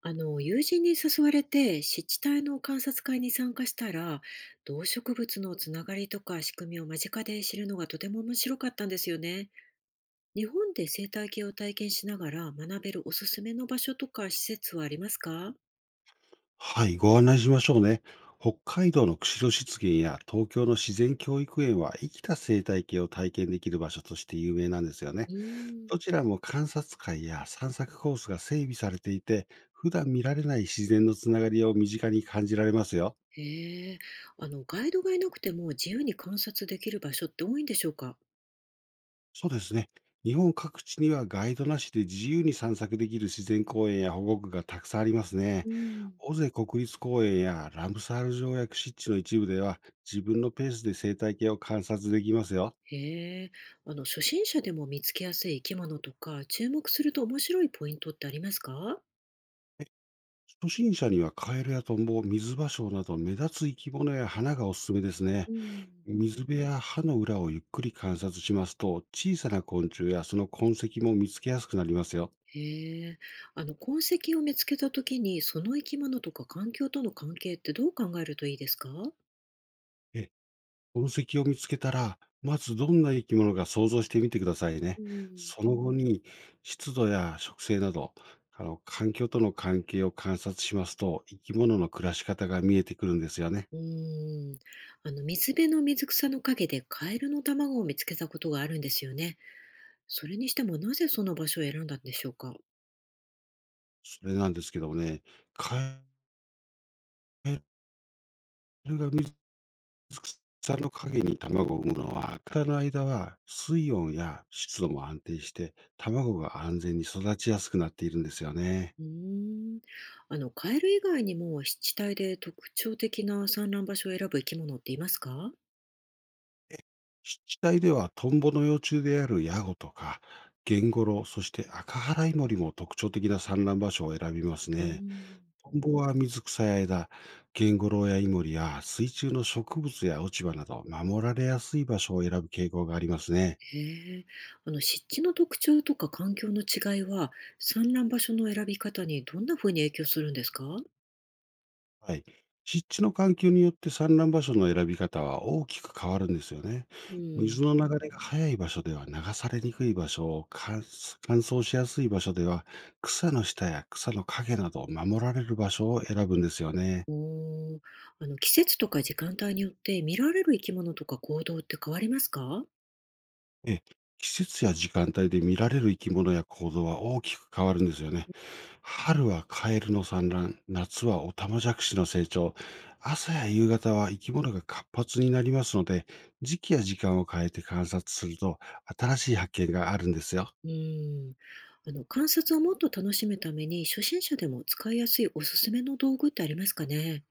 友人に誘われて湿地帯の観察会に参加したら、動植物のつながりとか仕組みを間近で知るのがとても面白かったんですよね。日本で生態系を体験しながら学べるおすすめの場所とか施設はありますか？はい、ご案内しましょうね。北海道の釧路湿原や東京の自然教育園は生きた生態系を体験できる場所として有名なんですようね。ーん。どちらも観察会や散策コースが整備されていて、普段見られない自然のつながりを身近に感じられますよ。へえ。ガイドがいなくても自由に観察できる場所って多いんでしょうか？そうですね、日本各地にはガイドなしで自由に散策できる自然公園や保護区がたくさんありますね。うん。尾瀬国立公園やラムサール条約湿地の一部では、自分のペースで生態系を観察できますよ。へえ。初心者でも見つけやすい生き物とか、注目すると面白いポイントってありますか？初心者にはカエルやトンボ、水芭蕉など目立つ生き物や花がおすすめですうね。ん。水辺や葉の裏をゆっくり観察しますと、小さな昆虫やその痕跡も見つけやすくなりますよ。へえ、あの痕跡を見つけた時に、その生き物とか環境との関係ってどう考えるといいですか？え痕跡を見つけたら、まずどんな生き物か想像してみてくださいうね。ん、その後に湿度や植生など、環境との関係を観察しますと、生き物の暮らし方が見えてくるんですよね。うーん、水辺の水草の陰でカエルの卵を見つけたことがあるんですよね。それにしてもなぜその場所を選んだんでしょうか。それなんですけどもね、カエルが水草の陰に卵を産むのは、草の間は水温や湿度も安定して、卵が安全に育ちやすくなっているんですよね。うーん、あのカエル以外にも湿地帯で特徴的な産卵場所を選ぶ生き物っていますか？湿地帯では、トンボの幼虫であるヤゴとか、ゲンゴロウ、そして赤ハライモリも特徴的な産卵場所を選びますうーね。ん。トンボは水草や枝、ゲンゴロウやイモリや水中の植物や落ち葉など、守られやすい場所を選ぶ傾向がありますね。へえ、あの湿地の特徴とか環境の違いは、産卵場所の選び方にどんな風に影響するんですか？はい。湿地の環境によって、産卵場所の選び方は大きく変わるんですよね。うん、水の流れが速い場所では流されにくい場所、乾燥しやすい場所では、草の下や草の陰など守られる場所を選ぶんですよね。おー、季節とか時間帯によって見られる生き物とか行動って変わりますか？ええ、季節や時間帯で見られる生き物や行動は大きく変わるんですよね。春はカエルの産卵、夏はオタマジャクシの成長、朝や夕方は生き物が活発になりますので、時期や時間を変えて観察すると、新しい発見があるんですよ。うん、観察をもっと楽しむために初心者でも使いやすいおすすめの道具ってありますかね？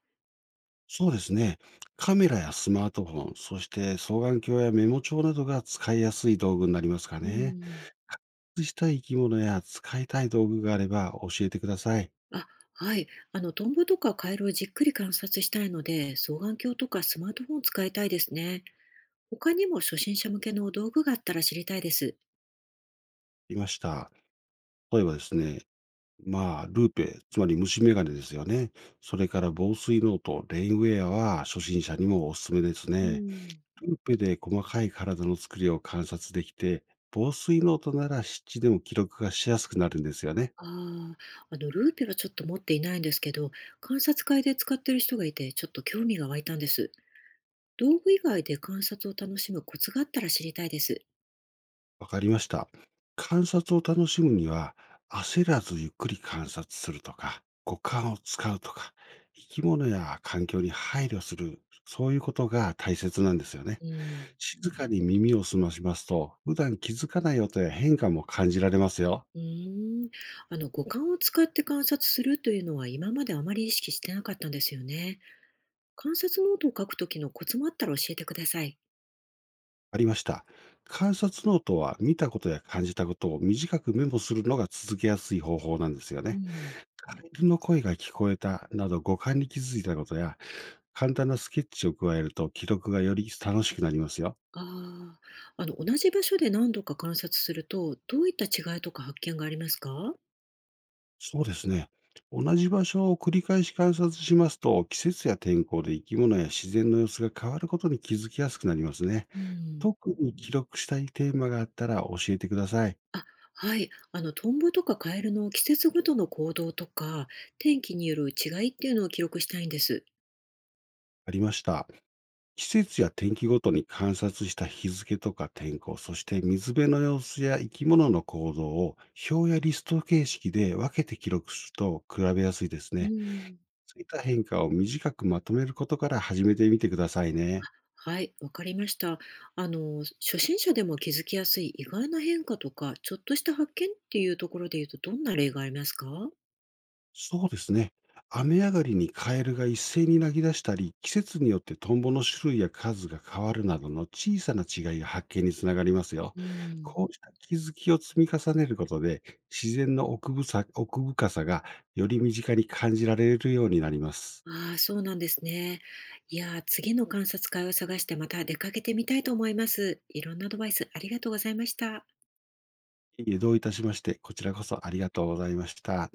そうですね、カメラやスマートフォン、そして双眼鏡やメモ帳などが使いやすい道具になりますかうね。ん、発掘したい生き物や使いたい道具があれば教えてください。あ、はい。トンボとかカエルをじっくり観察したいので、双眼鏡とかスマートフォンを使いたいですね。他にも初心者向けの道具があったら知りたいです。いました。例えばですね、まあ、ルーペ、つまり虫眼鏡ですよね。それから防水ノート、レインウェアは初心者にもおすすめですうね。ん。ルーペで細かい体の作りを観察できて、防水ノートなら湿地でも記録がしやすくなるんですよね。ああ、ルーペはちょっと持っていないんですけど、観察会で使ってる人がいて、ちょっと興味が湧いたんです。道具以外で観察を楽しむコツがあったら知りたいです。わかりました。観察を楽しむには、焦らずゆっくり観察するとか、五感を使うとか、生き物や環境に配慮する、そういうことが大切なんですよね。うん。静かに耳を澄ましますと、普段気づかない音や変化も感じられますよ。うーん、五感を使って観察するというのは今まであまり意識してなかったんですよね。観察ノートを書くときのコツもあったら教えてください。ありました。観察ノートは、見たことや感じたことを短くメモするのが続けやすい方法なんですようね。ん。カエルの声が聞こえたなど五感に気づいたことや、簡単なスケッチを加えると、記録がより楽しくなりますよ。ああ、同じ場所で何度か観察すると、どういった違いとか発見がありますか？そうですね、同じ場所を繰り返し観察しますと、季節や天候で生き物や自然の様子が変わることに気づきやすくなりますね。うん、特に記録したいテーマがあったら教えてください。あ、はい。トンボとかカエルの季節ごとの行動とか、天気による違いっていうのを記録したいんです。ありました。季節や天気ごとに、観察した日付とか天候、そして水辺の様子や生き物の行動を、表やリスト形式で分けて記録すると比べやすいですうね。ん、そういった変化を短くまとめることから始めてみてくださいね。はい、わかりました。初心者でも気づきやすい意外な変化とか、ちょっとした発見っていうところで言うと、どんな例がありますか？そうですね、雨上がりにカエルが一斉に鳴き出したり、季節によってトンボの種類や数が変わるなどの小さな違いが発見につながりますよ。うん。こうした気づきを積み重ねることで、自然の奥深さが、より身近に感じられるようになります。ああ、そうなんですね。いやー、次の観察会を探してまた出かけてみたいと思います。いろんなアドバイスありがとうございました。いえ、どういたしまして、こちらこそありがとうございました。